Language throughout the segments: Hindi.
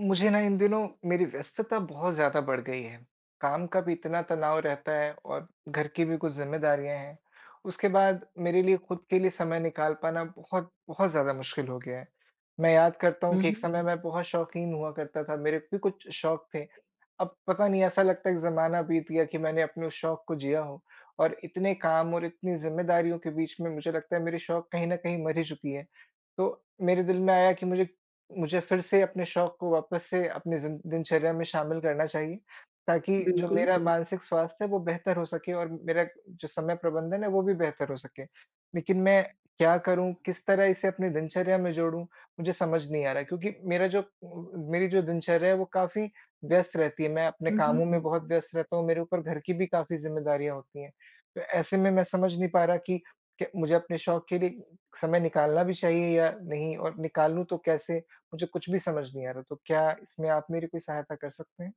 मुझे ना इन दिनों मेरी व्यस्तता बहुत ज़्यादा बढ़ गई है। काम का भी इतना तनाव रहता है और घर की भी कुछ ज़िम्मेदारियाँ हैं। उसके बाद मेरे लिए खुद के लिए समय निकाल पाना बहुत बहुत ज़्यादा मुश्किल हो गया है। मैं याद करता हूँ हुँ, कि एक हुँ। समय मैं बहुत शौकीन हुआ करता था, मेरे भी कुछ शौक थे। अब पता नहीं ऐसा लगता है कि ज़माना बीत गया कि मैंने अपने उस शौक को जिया हो और इतने काम और इतनी ज़िम्मेदारियों के बीच में मुझे लगता है मेरे शौक कहीं न कहीं मर ही चुकी है। तो मेरे दिल में आया कि मुझे मुझे फिर से अपने शौक को वापस से अपनी ज़िन दिनचर्या में शामिल करना चाहिए, ताकि जो बिल्कुल। मेरा मानसिक स्वास्थ्य है वो बेहतर हो सके और मेरा जो समय प्रबंधन है वो भी बेहतर हो सके। लेकिन मैं क्या करूँ, किस तरह इसे अपनी दिनचर्या में जोड़ूँ, मुझे समझ नहीं आ रहा है क्योंकि मेरा जो मेरी जो दिनचर्या है वो काफ़ी व्यस्त रहती है। मैं अपने हुँ, हुँ। कामों में बहुत व्यस्त रहता हूँ, मेरे ऊपर घर की भी काफ़ी ज़िम्मेदारियाँ होती हैं। तो ऐसे में मैं समझ नहीं पा रहा कि मुझे अपने शौक के लिए समय निकालना भी चाहिए या नहीं और निकालूँ तो कैसे? मुझे कुछ भी समझ नहीं आ रहा, तो क्या इसमें आप मेरी कोई सहायता कर सकते हैं?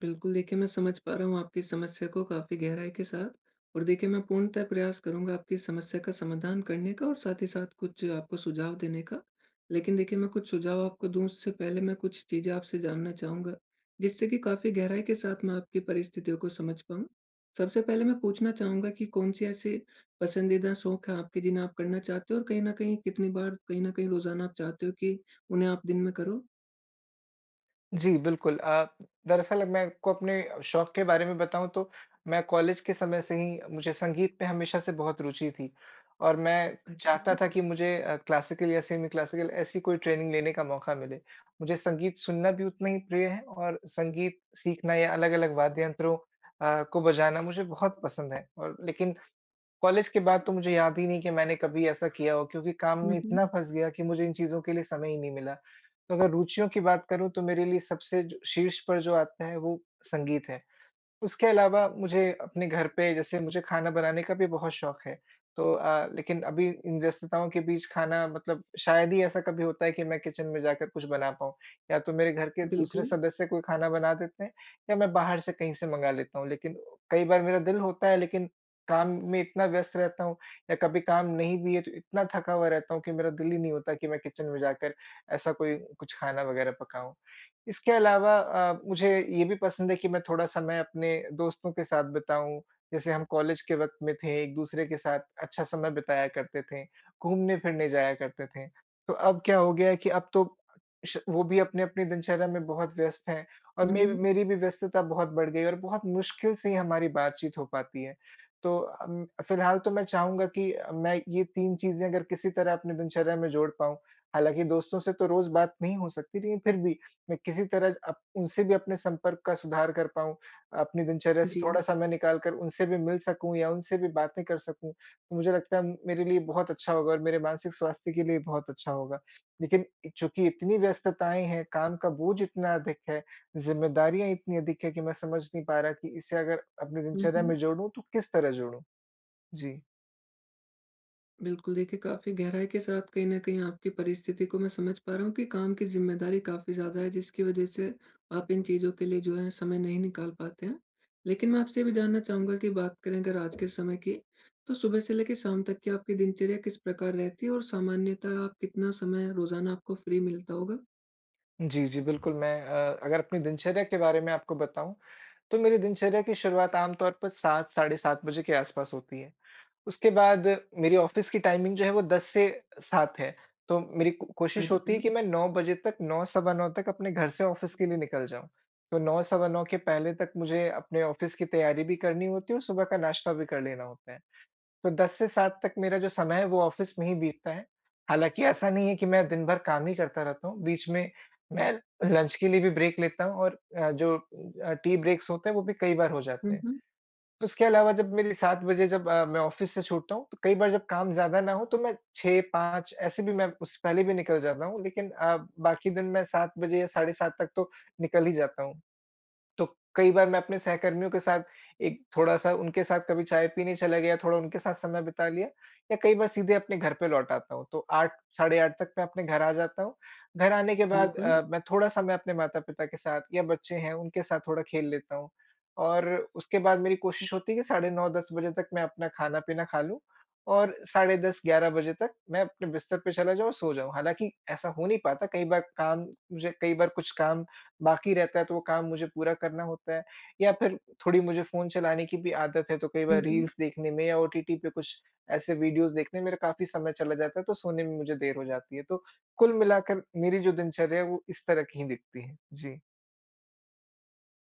बिल्कुल, देखिए मैं समझ पा रहा हूँ आपकी समस्या को काफ़ी गहराई के साथ। और देखिए मैं पूर्णतः प्रयास करूँगा आपकी समस्या का समाधान करने का और साथ ही साथ कुछ आपको सुझाव देने का। लेकिन देखिए मैं कुछ सुझाव आपको दूँ उससे पहले मैं कुछ चीज़ें आपसे जानना चाहूँगा, जिससे कि काफ़ी गहराई के साथ मैं आपकी परिस्थितियों को समझ पाऊँ। सबसे पहले मैं पूछना चाहूँगा कि कौन-सी ऐसी पसंदीदा शौक है आपके जिन्हें आप करना चाहते हो और कहीं न कहीं कितनी बार, कहीं न कहीं रोज़ाना आप चाहते हो कि उन्हें आप दिन में करो? जी, बिल्कुल। दरअसल मैं आपको अपने शौक के बारे में बताऊँ तो मैं कॉलेज के समय से ही मुझे संगीत में हमेशा से बहुत रुचि थी और मैं चाहता अच्छा। था कि मुझे क्लासिकल या सेमी क्लासिकल ऐसी कोई ट्रेनिंग लेने का मौका मिले। मुझे संगीत सुनना भी उतना ही प्रिय है और संगीत सीखना या अलग-अलग वाद्य यंत्रों को बजाना मुझे बहुत पसंद है और लेकिन कॉलेज के बाद तो मुझे याद ही नहीं कि मैंने कभी ऐसा किया हो क्योंकि काम में हुँ, हुँ। इतना फँस गया कि मुझे इन चीज़ों के लिए समय ही नहीं मिला। तो अगर रुचियों की बात करूँ तो मेरे लिए सबसे जो शीर्ष पर जो आता है वो संगीत है। उसके अलावा मुझे अपने घर पे जैसे मुझे खाना बनाने का भी बहुत शौक है। तो लेकिन अभी इन व्यस्तताओं के बीच खाना मतलब शायद ही ऐसा कभी होता है कि मैं किचन में जाकर कुछ बना पाऊँ। या तो मेरे घर के दूसरे बिल्कुल। सदस्य कोई खाना बना देते हैं या मैं बाहर से कहीं से मँगा लेता हूँ। लेकिन कई बार मेरा दिल होता है, लेकिन काम में इतना व्यस्त रहता हूँ या कभी काम नहीं भी है तो इतना थका हुआ रहता हूँ कि मेरा दिल ही नहीं होता कि मैं किचन में जाकर ऐसा कोई कुछ खाना वग़ैरह पकाऊँ। इसके अलावा मुझे ये भी पसंद है कि मैं थोड़ा समय अपने दोस्तों के साथ बिताऊँ। जैसे हम कॉलेज के वक़्त में थे, एक-दूसरे के साथ अच्छा समय बिताया करते थे, घूमने-फिरने जाया करते थे। तो अब क्या हो गया है कि अब तो श वो भी अपनी-अपनी दिनचर्या में बहुत व्यस्त हैं और हुँ, मे हुँ। मेरी भी व्यस्तता बहुत बढ़ गई है और बहुत मुश्किल से ही हमारी बातचीत हो पाती है। तो फ़िलहाल तो मैं चाहूँगा कि मैं ये 3 चीज़ें अगर किसी तरह अपनी दिनचर्या में जोड़ पाऊँ। हालाँकि दोस्तों से तो रोज़ बात नहीं हो सकती, लेकिन फिर भी मैं किसी तरह अप उनसे भी अपने संपर्क का सुधार कर पाऊँ, अपनी दिनचर्या से जी। थोड़ा समय निकाल कर उनसे भी मिल सकूँ या उनसे भी बातें कर सकूँ, तो मुझे लगता है मेरे लिए बहुत अच्छा होगा और मेरे मानसिक स्वास्थ्य के लिए बहुत अच्छा होगा। लेकिन चूँकि इतनी व्यस्तताएँ हैं, काम का बोझ इतना अधिक है, ज़िम्मेदारियाँ इतनी अधिक है कि मैं समझ नहीं पा रहा कि इसे अगर अपनी हुँ, दिनचर्या हुँ। में जोड़ूँ तो किस तरह जोड़ूँ? जी। बिल्कुल, देखिए काफ़ी गहराई के साथ कहीं न कहीं आपकी परिस्थिति को मैं समझ पा रहा हूँ कि काम की ज़िम्मेदारी काफ़ी ज़्यादा है जिसकी वज़ह से आप इन चीज़ों के लिए जो है समय नहीं निकाल पाते हैं। लेकिन मैं आपसे ये भी जानना चाहूँगा कि बात करें अगर आज के समय की, तो सुबह से लेके शाम तक की आपकी दिनचर्या किस प्रकार रहती है और सामान्यतः आप कितना समय रोज़ाना आपको फ्री मिलता होगा? जी, जी, बिल्कुल। मैं अगर अपनी दिनचर्या के बारे में आपको बताऊँ तो मेरी दिनचर्या की शुरुआत आमतौर पर 7 साढ़े 7 बजे के आसपास होती है। उसके बाद मेरी ऑफ़िस की टाइमिंग जो है वो 10 से 7 है। तो मेरी को कोशिश होती है अच्छा। कि मैं 9 बजे तक, 9 सवा 9 तक अपने घर से ऑफ़िस के लिए निकल जाऊँ। तो 9 सवा 9 के पहले तक मुझे अपने ऑफ़िस की तैयारी भी करनी होती है और सुबह का नाश्ता भी कर लेना होता है। तो 10 से 7 तक मेरा जो समय है वो ऑफ़िस में ही बीतता है। हालाँकि ऐसा नहीं है कि मैं दिन भर काम ही करता रहता हूँ, बीच में मैं लंच के लिए भी ब्रेक लेता हूँ और जो टी ब्रेक्स होते हैं वो भी कई बार हो हुँ, जाते हैं। हुँ। उसके अलावा जब मेरी 7 बजे जब मैं ऑफ़िस से छूटता हूँ, तो कई बार जब काम ज़्यादा ना हो तो मैं 6-5 ऐसे भी, मैं उससे पहले भी निकल जाता हूँ, लेकिन बाकी दिन मैं 7 बजे या साढ़े 7 तक तो निकल ही जाता हूँ। तो कई बार मैं अपने सहकर्मियों के साथ एक थोड़ा-सा उनके साथ कभी चाय पीने चला गया, थोड़ा उनके साथ समय बिता लिया या कई बार सीधे अपने घर पे लौट आता हूँ। तो 8 साढ़े 8 तक मैं अपने घर आ जाता हूँ। घर आने के बाद बिल्कुल। ओके। मैं थोड़ा समय अपने माता-पिता के साथ या बच्चे हैं उनके साथ थोड़ा खेल लेता हूँ और उसके बाद मेरी कोशिश होती है कि साढ़े 9-10 बजे तक मैं अपना खाना-पीना खा लूँ और साढ़े 10-11 बजे तक मैं अपने बिस्तर पे चला जाऊँ और सो जाऊँ। हालाँकि ऐसा हो नहीं पाता, कई बार काम, मुझे कई बार कुछ काम बाकी रहता है तो वो काम मुझे पूरा करना होता है या फिर थोड़ी मुझे फ़ोन चलाने की भी आदत है तो कई हुँ, बार हुँ। रील्स देखने में या ओटीटी पे कुछ ऐसे वीडियोज़ देखने में मेरा काफ़ी समय चला जाता है, तो सोने में मुझे देर हो जाती है। तो कुल मिलाकर मेरी जो दिनचर्या है वो इस तरह की ही दिखती है। जी।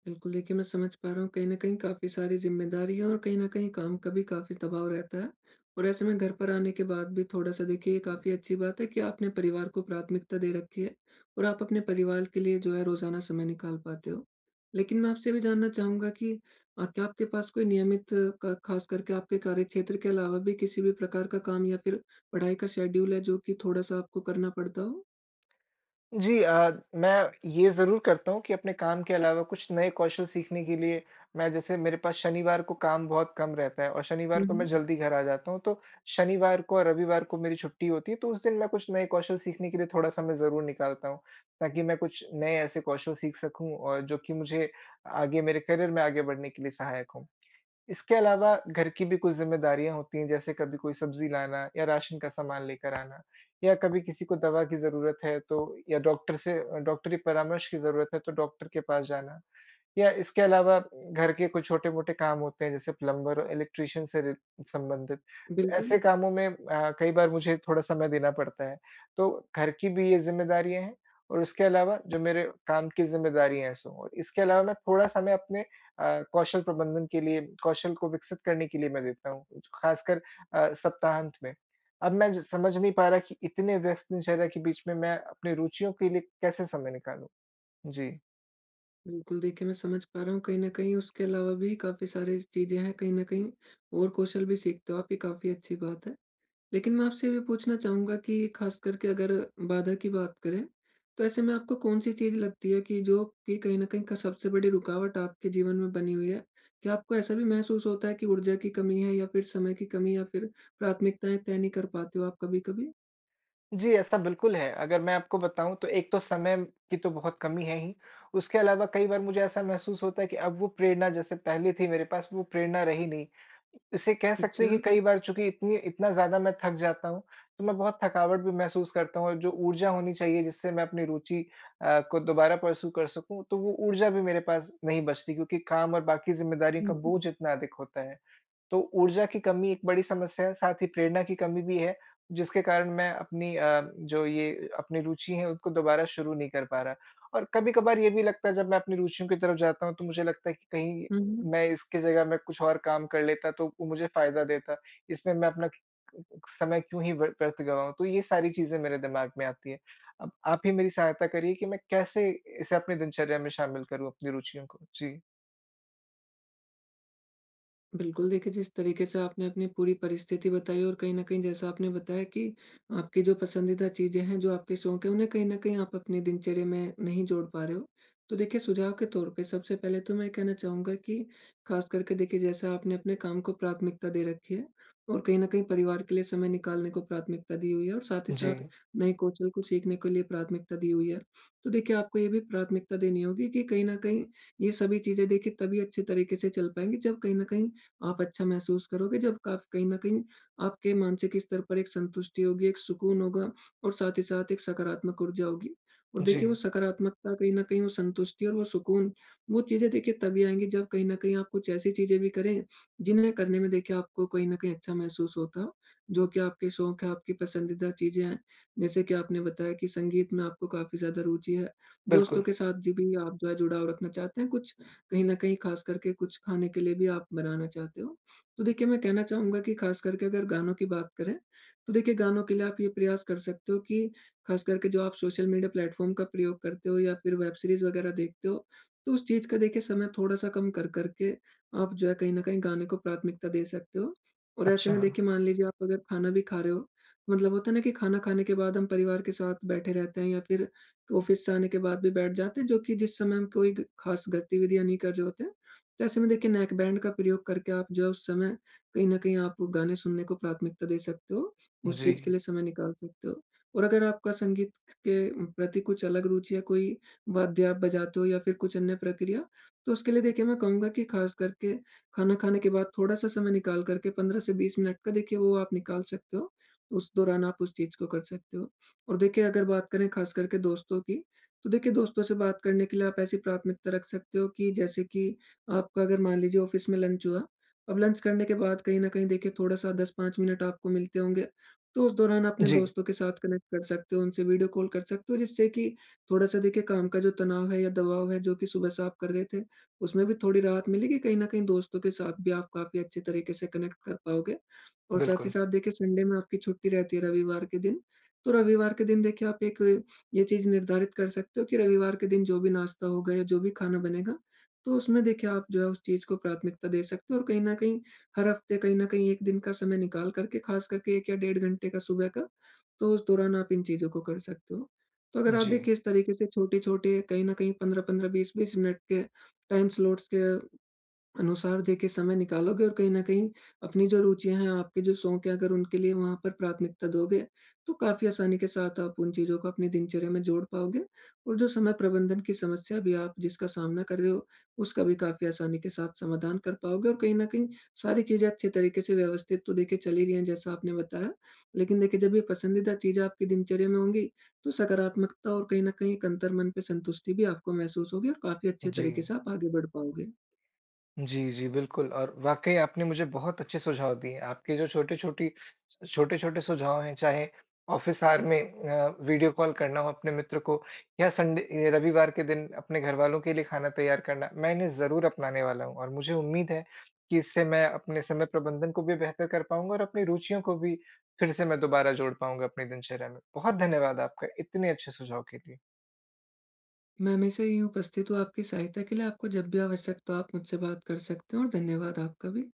बिल्कुल, देखिए मैं समझ पा रहा हूँ कहीं न कहीं काफ़ी सारी ज़िम्मेदारियाँ और कहीं न कहीं काम का भी काफ़ी दबाव रहता है। और ऐसे में घर पर आने के बाद भी थोड़ा-सा देखिए, ये काफ़ी अच्छी बात है कि आपने परिवार को प्राथमिकता दे रखी है और आप अपने परिवार के लिए जो है रोज़ाना समय निकाल पाते हो। लेकिन मैं आपसे भी जानना चाहूँगा कि क्या आपके पास कोई नियमित क ख़ास करके आपके कार्यक्षेत्र के अलावा भी किसी भी प्रकार का काम या फिर पढ़ाई का शेड्यूल है जो कि थोड़ा-सा आपको करना पड़ता हो? जी, मैं ये ज़रूर करता हूँ कि अपने काम के अलावा कुछ नए कौशल सीखने के लिए, मैं जैसे मेरे पास शनिवार को काम बहुत कम रहता है और शनिवार हुँ, को मैं हुँ। जल्दी घर आ जाता हूँ, तो शनिवार को और रविवार को मेरी छुट्टी होती है, तो उस दिन मैं कुछ नए कौशल सीखने के लिए थोड़ा समय ज़रूर निकालता हूँ, ताकि मैं कुछ नए ऐसे कौशल सीख सकूँ और जो कि मुझे आगे मेरे करियर में आगे बढ़ने के लिए सहायक हों। इसके अलावा घर की भी कुछ ज़िम्मेदारियाँ होती हैं, जैसे कभी कोई सब्ज़ी लाना या राशन का सामान लेकर आना या कभी किसी को दवा की ज़रूरत है तो, या डॉक्टर से डॉक्टरी परामर्श की ज़रूरत है तो डॉक्टर के पास जाना। या इसके अलावा घर के कुछ छोटे-मोटे काम होते हैं, जैसे प्लम्बर और इलेक्ट्रीशियन से रि संबंधित। तो बिल्कुल। ऐसे कामों में कई बार मुझे थोड़ा समय देना पड़ता है। तो घर की भी ये ज़िम्मेदारियाँ हैं और उसके अलावा जो मेरे काम की ज़िम्मेदारियाँ हैं सो, और इसके अलावा मैं थोड़ा समय अपने कौशल प्रबंधन के लिए, कौशल को विकसित करने के लिए मैं देता हूँ, ख़ासकर सप्ताहांत में। अब मैं ज समझ नहीं पा रहा कि इतने व्यस्त दिनचर्या के बीच में मैं अपनी रुचियों के लिए कैसे समय निकालूँ? जी। बिल्कुल, देखिए मैं समझ पा रहा हूँ कहीं न कहीं उसके अलावा भी काफ़ी सारी चीज़ें हैं, कहीं न कहीं और कौशल भी सीखते हो आप, ये काफ़ी अच्छी बात है। लेकिन मैं आपसे ये भी पूछना चाहूँगा कि ख़ास करके अगर बाधा की बात करें, तो ऐसे में आपको कौन-सी चीज़ लगती है कि जो कि कहीं न कहीं क सबसे बड़ी रुकावट आपके जीवन में बनी हुई है? क्या आपको ऐसा भी महसूस होता है कि ऊर्जा की कमी है या फिर समय की कमी या फिर प्राथमिकताएँ तय नहीं कर पाते हो आप कभी-कभी? जी, ऐसा बिल्कुल है। अगर मैं आपको बताऊँ तो एक तो समय की तो बहुत कमी है ही, उसके अलावा कई बार मुझे ऐसा महसूस होता है कि अब वो प्रेरणा जैसे पहले थी, मेरे पास वो प्रेरणा रही नहीं। इसे कह सकते अच्छा। हैं कि कई बार चूँकि इतनी इतना ज़्यादा मैं थक जाता हूँ, तो मैं बहुत थकावट भी महसूस करता हूँ और जो ऊर्जा होनी चाहिए जिससे मैं अपनी रुचि को दोबारा परस्यू कर सकूँ, तो वो ऊर्जा भी मेरे पास नहीं बचती क्योंकि काम और बाकी ज़िम्मेदारियों का हुँ, हुँ। बोझ इतना अधिक होता है। तो ऊर्जा की कमी एक बड़ी समस्या है, साथ ही प्रेरणा की कमी भी है, जिसके कारण मैं अपनी जो ये अपनी रुचि है उनको दोबारा शुरू नहीं कर पा रहा। और कभी-कभार ये भी लगता है, जब मैं अपनी रुचियों की तरफ जाता हूँ तो मुझे लगता है कि हुँ, हुँ। कहीं मैं इसकी जगह मैं कुछ और काम कर लेता तो वो मुझे फ़ायदा देता। इसमें मैं अपना समय क्यों ही व्यर्थ गवाऊँ? तो ये सारी चीज़ें मेरे दिमाग में आती हैं। अब आप ही मेरी सहायता करिए कि मैं कैसे इसे अपनी दिनचर्या में शामिल करूँ, अपनी रुचियों को? जी। बिल्कुल, देखिए जिस तरीके से आपने अपनी पूरी परिस्थिति बताई और कहीं न कहीं जैसा आपने बताया कि आपकी जो पसंदीदा चीज़ें हैं, जो आपके शौक हैं, उन्हें कहीं न कहीं आप अपनी दिनचर्या में नहीं जोड़ पा रहे हो। तो देखिए, सुझाव के तौर पे सबसे पहले तो मैं कहना चाहूँगा कि ख़ास करके देखिए जैसा आपने अपने काम को प्राथमिकता दे रखी है और कहीं न कहीं परिवार के लिए समय निकालने को प्राथमिकता दी हुई है और साथ ही जी, साथ नए कौशल को सीखने के लिए प्राथमिकता दी हुई है। तो देखिए आपको ये भी प्राथमिकता देनी होगी कि कहीं न कहीं ये सभी चीज़ें देखिए तभी अच्छे तरीके से चल पाएँगी जब कहीं न कहीं आप अच्छा महसूस करोगे, जब काफ कहीं न कहीं आपके मानसिक स्तर पर एक संतुष्टि होगी, एक सुकून होगा और साथ ही साथ एक सकारात्मक ऊर्जा होगी। और जी, देखिए, वो सकारात्मकता कहीं न कहीं, वो संतुष्टि और वो सुकून, वो चीज़ें देखिए तभी आएँगी जब कहीं न कहीं आप कुछ ऐसी चीज़ें भी करें, जिन्हें करने में देखिए आपको कहीं न कहीं अच्छा महसूस होता हो, जो कि आपके शौक है, आपकी पसंदीदा चीज़ें हैं। जैसे कि आपने बताया कि संगीत में आपको काफ़ी ज़्यादा रुचि है, बिल्कुल। दोस्तों के साथ जी भी आप जो है जुड़ाव रखना चाहते हैं, कुछ कहीं न कहीं ख़ास करके कुछ खाने के लिए भी आप बनाना चाहते हो। तो देखिए मैं कहना चाहूँगा कि ख़ास करके अगर गानों की बात करें, तो देखिए गानों के लिए आप ये प्रयास कर सकते हो कि ख़ास करके जो आप सोशल मीडिया प्लेटफ़ॉर्म का प्रयोग करते हो या फिर वेब सीरीज़ वग़ैरह देखते हो, तो उस चीज़ का देखिए समय थोड़ा-सा कम कर कर के आप जो है कहीं न कहीं गाने को प्राथमिकता दे सकते हो। और ऐसे अच्छा। में देखिए, मान लीजिए आप अगर खाना भी खा रहे हो, मतलब होता है ना कि खाना खाने के बाद हम परिवार के साथ बैठे रहते हैं या फिर ऑफिस से आने के बाद भी बैठ जाते हैं, जो कि जिस समय हम कोई ग खास गतिविधियाँ नहीं कर रहे होते हैं। तो ऐसे में देखिए नेकबैंड का प्रयोग करके आप जो है उस समय कहीं न कहीं आप गाने सुनने को प्राथमिकता दे सकते हो, उस जी, चीज़ के लिए समय निकाल सकते हो। और अगर आपका संगीत के प्रति कुछ अलग रुचि है, कोई वाद्य आप बजाते हो या फिर कुछ अन्य प्रक्रिया, तो उसके लिए देखिए मैं कहूँगा कि खास करके खाना खाने के बाद थोड़ा-सा समय निकाल कर के 15 से 20 मिनट का देखिए वो आप निकाल सकते हो। उस दौरान आप उस चीज़ को कर सकते हो। और देखिए अगर बात करें खास करके दोस्तों की, तो देखिए दोस्तों से बात करने के लिए आप ऐसी प्राथमिकता रख सकते हो कि जैसे कि आपका अगर मान लीजिए ऑफ़िस में लंच हुआ, अब लंच करने के बाद कहीं न कहीं देखिए थोड़ा-सा 10-5 मिनट आपको मिलते होंगे, तो उस दौरान अपने जी, दोस्तों के साथ कनेक्ट कर सकते हो, उनसे वीडियो कॉल कर सकते हो जिससे कि थोड़ा-सा देखिए काम का जो तनाव है या दबाव है जो कि सुबह से आप कर रहे थे, उसमें भी थोड़ी राहत मिलेगी, कहीं न कहीं दोस्तों के साथ भी आप काफ़ी अच्छे तरीके से कनेक्ट कर पाओगे। और साथ ही बिल्कुल। साथ देखिए, संडे में आपकी छुट्टी रहती है रविवार के दिन, तो रविवार के दिन देखिए आप एक ये चीज़ निर्धारित कर सकते हो कि रविवार के दिन जो भी नाश्ता होगा या जो भी खाना बनेगा, तो उसमें देखिए आप जो है उस चीज़ को प्राथमिकता दे सकते हो और कहीं न कहीं हर हफ़्ते कहीं न कहीं 1 दिन का समय निकाल कर के ख़ास करके 1 या डेढ़ घंटे का सुबह का, तो उस दौरान आप इन चीज़ों को कर सकते हो। तो अगर आप जी, देखिए इस तरीके से छोटे-छोटे कहीं न कहीं 15-15, 20-20 मिनट के टाइम स्लॉट्स के अनुसार देखिए समय निकालोगे और कहीं न कहीं अपनी जो रुचियाँ हैं, आपके जो शौक हैं, अगर उनके लिए वहाँ पर प्राथमिकता दोगे, तो काफ़ी आसानी के साथ आप उन चीज़ों को अपनी दिनचर्या में जोड़ पाओगे और जो समय प्रबंधन की समस्या भी आप जिसका सामना कर रहे हो, उसका भी काफ़ी आसानी के साथ समाधान कर पाओगे और कहीं न कहीं सारी चीज़ें अच्छे तरीके से व्यवस्थित तो देखिए चल ही रही हैं, जैसा आपने बताया। लेकिन देखिए, जब ये पसंदीदा चीज़ें आपकी दिनचर्या में होंगी, तो सकारात्मकता और कहीं न कहीं एक अंतर्मन पे संतुष्टि भी आपको महसूस होगी और काफ़ी अच्छे जी, तरीके से आप आगे बढ़ पाओगे। जी, जी, बिल्कुल, और वाक़ई आपने मुझे बहुत अच्छे सुझाव दिए। आपके जो छोटे-छोटी छोटे-छोटे सुझाव हैं, चाहे ऑफ़िस आवर में वीडियो कॉल करना हो अपने मित्र को, या संडे रविवार के दिन अपने घरवालों के लिए खाना तैयार करना, मैं इन्हें ज़रूर अपनाने वाला हूँ और मुझे उम्मीद है कि इससे मैं अपने समय प्रबंधन को भी बेहतर कर पाऊँगा और अपनी रुचियों को भी फिर से मैं दोबारा जोड़ पाऊँगा अपनी दिनचर्या में। बहुत धन्यवाद आपका इतने अच्छे सुझाव के लिए। मैं हमेशा ही उपस्थित हूँ आपकी सहायता के लिए। आपको जब भी आवश्यकता हो आप मुझसे बात कर सकते हैं, और धन्यवाद आपका भी।